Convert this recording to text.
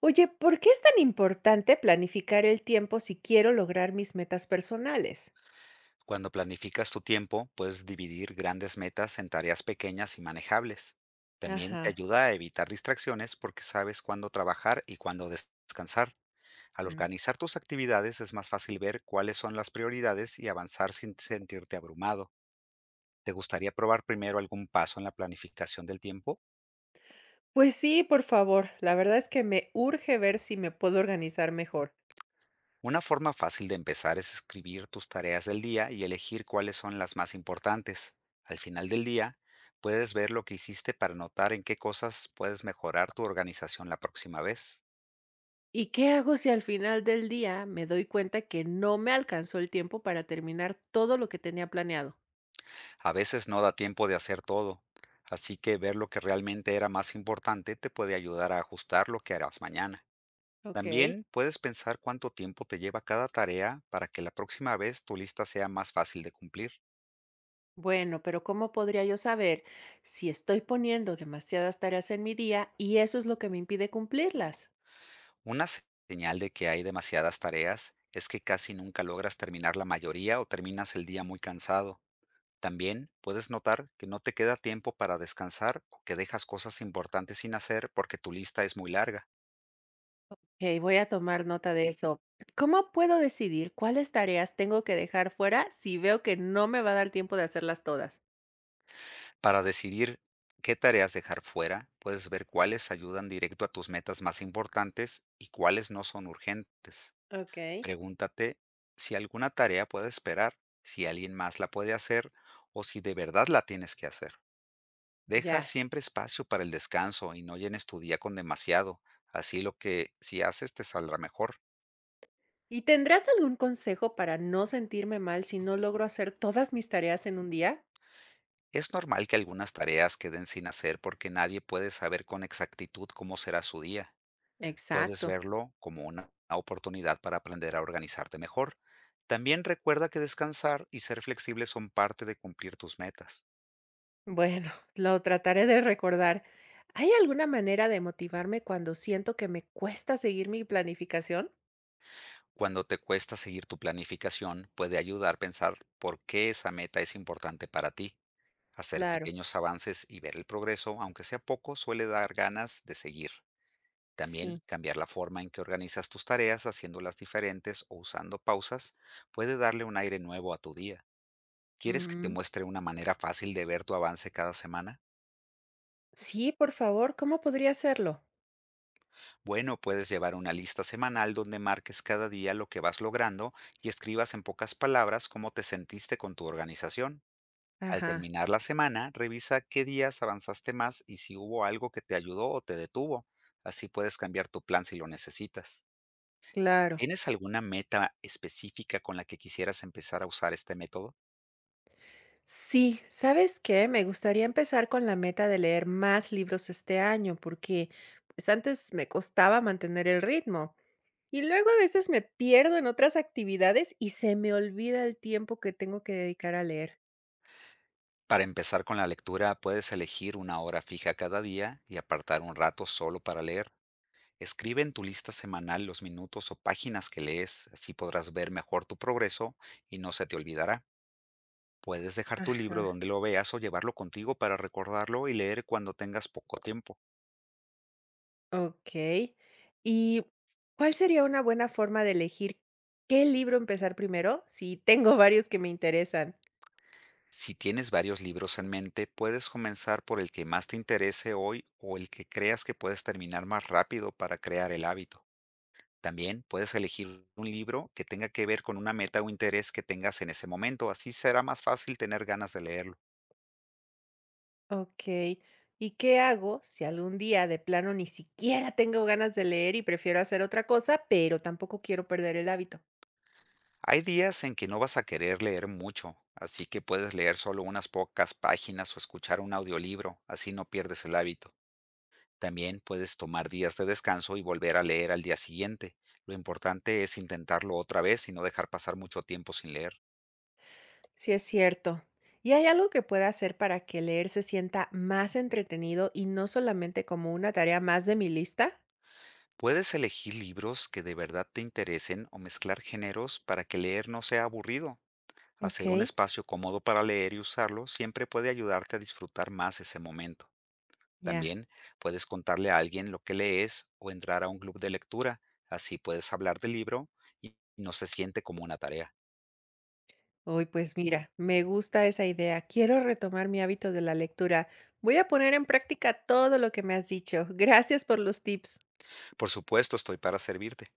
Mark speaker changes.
Speaker 1: Oye, ¿por qué es tan importante planificar el tiempo si quiero lograr mis metas personales?
Speaker 2: Cuando planificas tu tiempo, puedes dividir grandes metas en tareas pequeñas y manejables. También te
Speaker 1: Ajá.
Speaker 2: ayuda a evitar distracciones porque sabes cuándo trabajar y cuándo descansar. Al
Speaker 1: Mm,
Speaker 2: organizar tus actividades es más fácil ver cuáles son las prioridades y avanzar sin sentirte abrumado. ¿Te gustaría probar primero algún paso en la planificación del tiempo?
Speaker 1: Pues sí, por favor. La verdad es que me urge ver si me puedo organizar mejor.
Speaker 2: Una forma fácil de empezar es escribir tus tareas del día y elegir cuáles son las más importantes. Al final del día, puedes ver lo que hiciste para notar en qué cosas puedes mejorar tu organización la próxima vez.
Speaker 1: ¿Y qué hago si al final del día me doy cuenta que no me alcanzó el tiempo para terminar todo lo que tenía planeado?
Speaker 2: A veces no da tiempo de hacer todo, así que ver lo que realmente era más importante te puede ayudar a ajustar lo que harás mañana.
Speaker 1: Ok.
Speaker 2: También puedes pensar cuánto tiempo te lleva cada tarea para que la próxima vez tu lista sea más fácil de cumplir.
Speaker 1: Bueno, pero ¿cómo podría yo saber si estoy poniendo demasiadas tareas en mi día y eso es lo que me impide cumplirlas?
Speaker 2: Una señal de que hay demasiadas tareas es que casi nunca logras terminar la mayoría o terminas el día muy cansado. También puedes notar que no te queda tiempo para descansar o que dejas cosas importantes sin hacer porque tu lista es muy larga.
Speaker 1: Okey, voy a tomar nota de eso. ¿Cómo puedo decidir cuáles tareas tengo que dejar fuera si veo que no me va a dar tiempo de hacerlas todas?
Speaker 2: Para decidir qué tareas dejar fuera, puedes ver cuáles ayudan directo a tus metas más importantes y cuáles no son urgentes.
Speaker 1: Okey.
Speaker 2: Pregúntate si alguna tarea puede esperar, si alguien más la puede hacer o si de verdad la tienes que hacer. Deja
Speaker 1: Ya.
Speaker 2: siempre espacio para el descanso y no llenes tu día con demasiado, así lo que si haces te saldrá mejor.
Speaker 1: ¿Y tendrás algún consejo para no sentirme mal si no logro hacer todas mis tareas en un día?
Speaker 2: Es normal que algunas tareas queden sin hacer porque nadie puede saber con exactitud cómo será su día. Puedes
Speaker 1: Exacto.
Speaker 2: verlo como una oportunidad para aprender a organizarte mejor. También recuerda que descansar y ser flexible son parte de cumplir tus metas.
Speaker 1: Bueno, lo trataré de recordar. ¿Hay alguna manera de motivarme cuando siento que me cuesta seguir mi planificación?
Speaker 2: Cuando te cuesta seguir tu planificación, puede ayudar a pensar por qué esa meta es importante para ti. Hacer
Speaker 1: Claro,
Speaker 2: pequeños avances y ver el progreso, aunque sea poco, suele dar ganas de seguir. También
Speaker 1: sí.
Speaker 2: cambiar la forma en que organizas tus tareas, haciéndolas diferentes o usando pausas, puede darle un aire nuevo a tu día. ¿Quieres que te
Speaker 1: Mm,
Speaker 2: muestre una manera fácil de ver tu avance cada semana?
Speaker 1: sí, por favor, ¿cómo podría hacerlo?
Speaker 2: Bueno, puedes llevar una lista semanal donde marques cada día lo que vas logrando y escribas en pocas palabras cómo te sentiste con tu organización. Al
Speaker 1: Ajá,
Speaker 2: terminar la semana, revisa qué días avanzaste más y si hubo algo que te ayudó o te detuvo. Así puedes cambiar tu plan si lo necesitas.
Speaker 1: claro.
Speaker 2: ¿Tienes alguna meta específica con la que quisieras empezar a usar este método?
Speaker 1: Sí, ¿sabes qué? Me gustaría empezar con la meta de leer más libros este año, porque pues antes me costaba mantener el ritmo. Y luego a veces me pierdo en otras actividades y se me olvida el tiempo que tengo que dedicar a leer.
Speaker 2: Para empezar con la lectura, puedes elegir una hora fija cada día y apartar un rato solo para leer. Escribe en tu lista semanal los minutos o páginas que lees, así podrás ver mejor tu progreso y no se te olvidará. Puedes dejar tu libro
Speaker 1: Ajá,
Speaker 2: donde lo veas o llevarlo contigo para recordarlo y leer cuando tengas poco tiempo.
Speaker 1: ok. ¿Y cuál sería una buena forma de elegir qué libro empezar primero? Si tengo varios que me interesan.
Speaker 2: Si tienes varios libros en mente, puedes comenzar por el que más te interese hoy o el que creas que puedes terminar más rápido para crear el hábito. También puedes elegir un libro que tenga que ver con una meta o interés que tengas en ese momento, así será más fácil tener ganas de leerlo.
Speaker 1: Okey. ¿Y qué hago si algún día de plano ni siquiera tengo ganas de leer y prefiero hacer otra cosa, pero tampoco quiero perder el hábito?
Speaker 2: Hay días en que no vas a querer leer mucho, así que puedes leer solo unas pocas páginas o escuchar un audiolibro, así no pierdes el hábito. También puedes tomar días de descanso y volver a leer al día siguiente. Lo importante es intentarlo otra vez y no dejar pasar mucho tiempo sin leer.
Speaker 1: Sí, es cierto. ¿Y hay algo que pueda hacer para que leer se sienta más entretenido y no solamente como una tarea más de mi lista?
Speaker 2: Puedes elegir libros que de verdad te interesen o mezclar géneros para que leer no sea aburrido. Hacer un
Speaker 1: Okey,
Speaker 2: espacio cómodo para leer y usarlo siempre puede ayudarte a disfrutar más ese momento.
Speaker 1: ya.
Speaker 2: También puedes contarle a alguien lo que lees o entrar a un club de lectura. Así puedes hablar del libro y no se siente como una tarea.
Speaker 1: Uy, pues mira, me gusta esa idea. Quiero retomar mi hábito de la lectura. Voy a poner en práctica todo lo que me has dicho. Gracias por los tips.
Speaker 2: Por supuesto, estoy para servirte.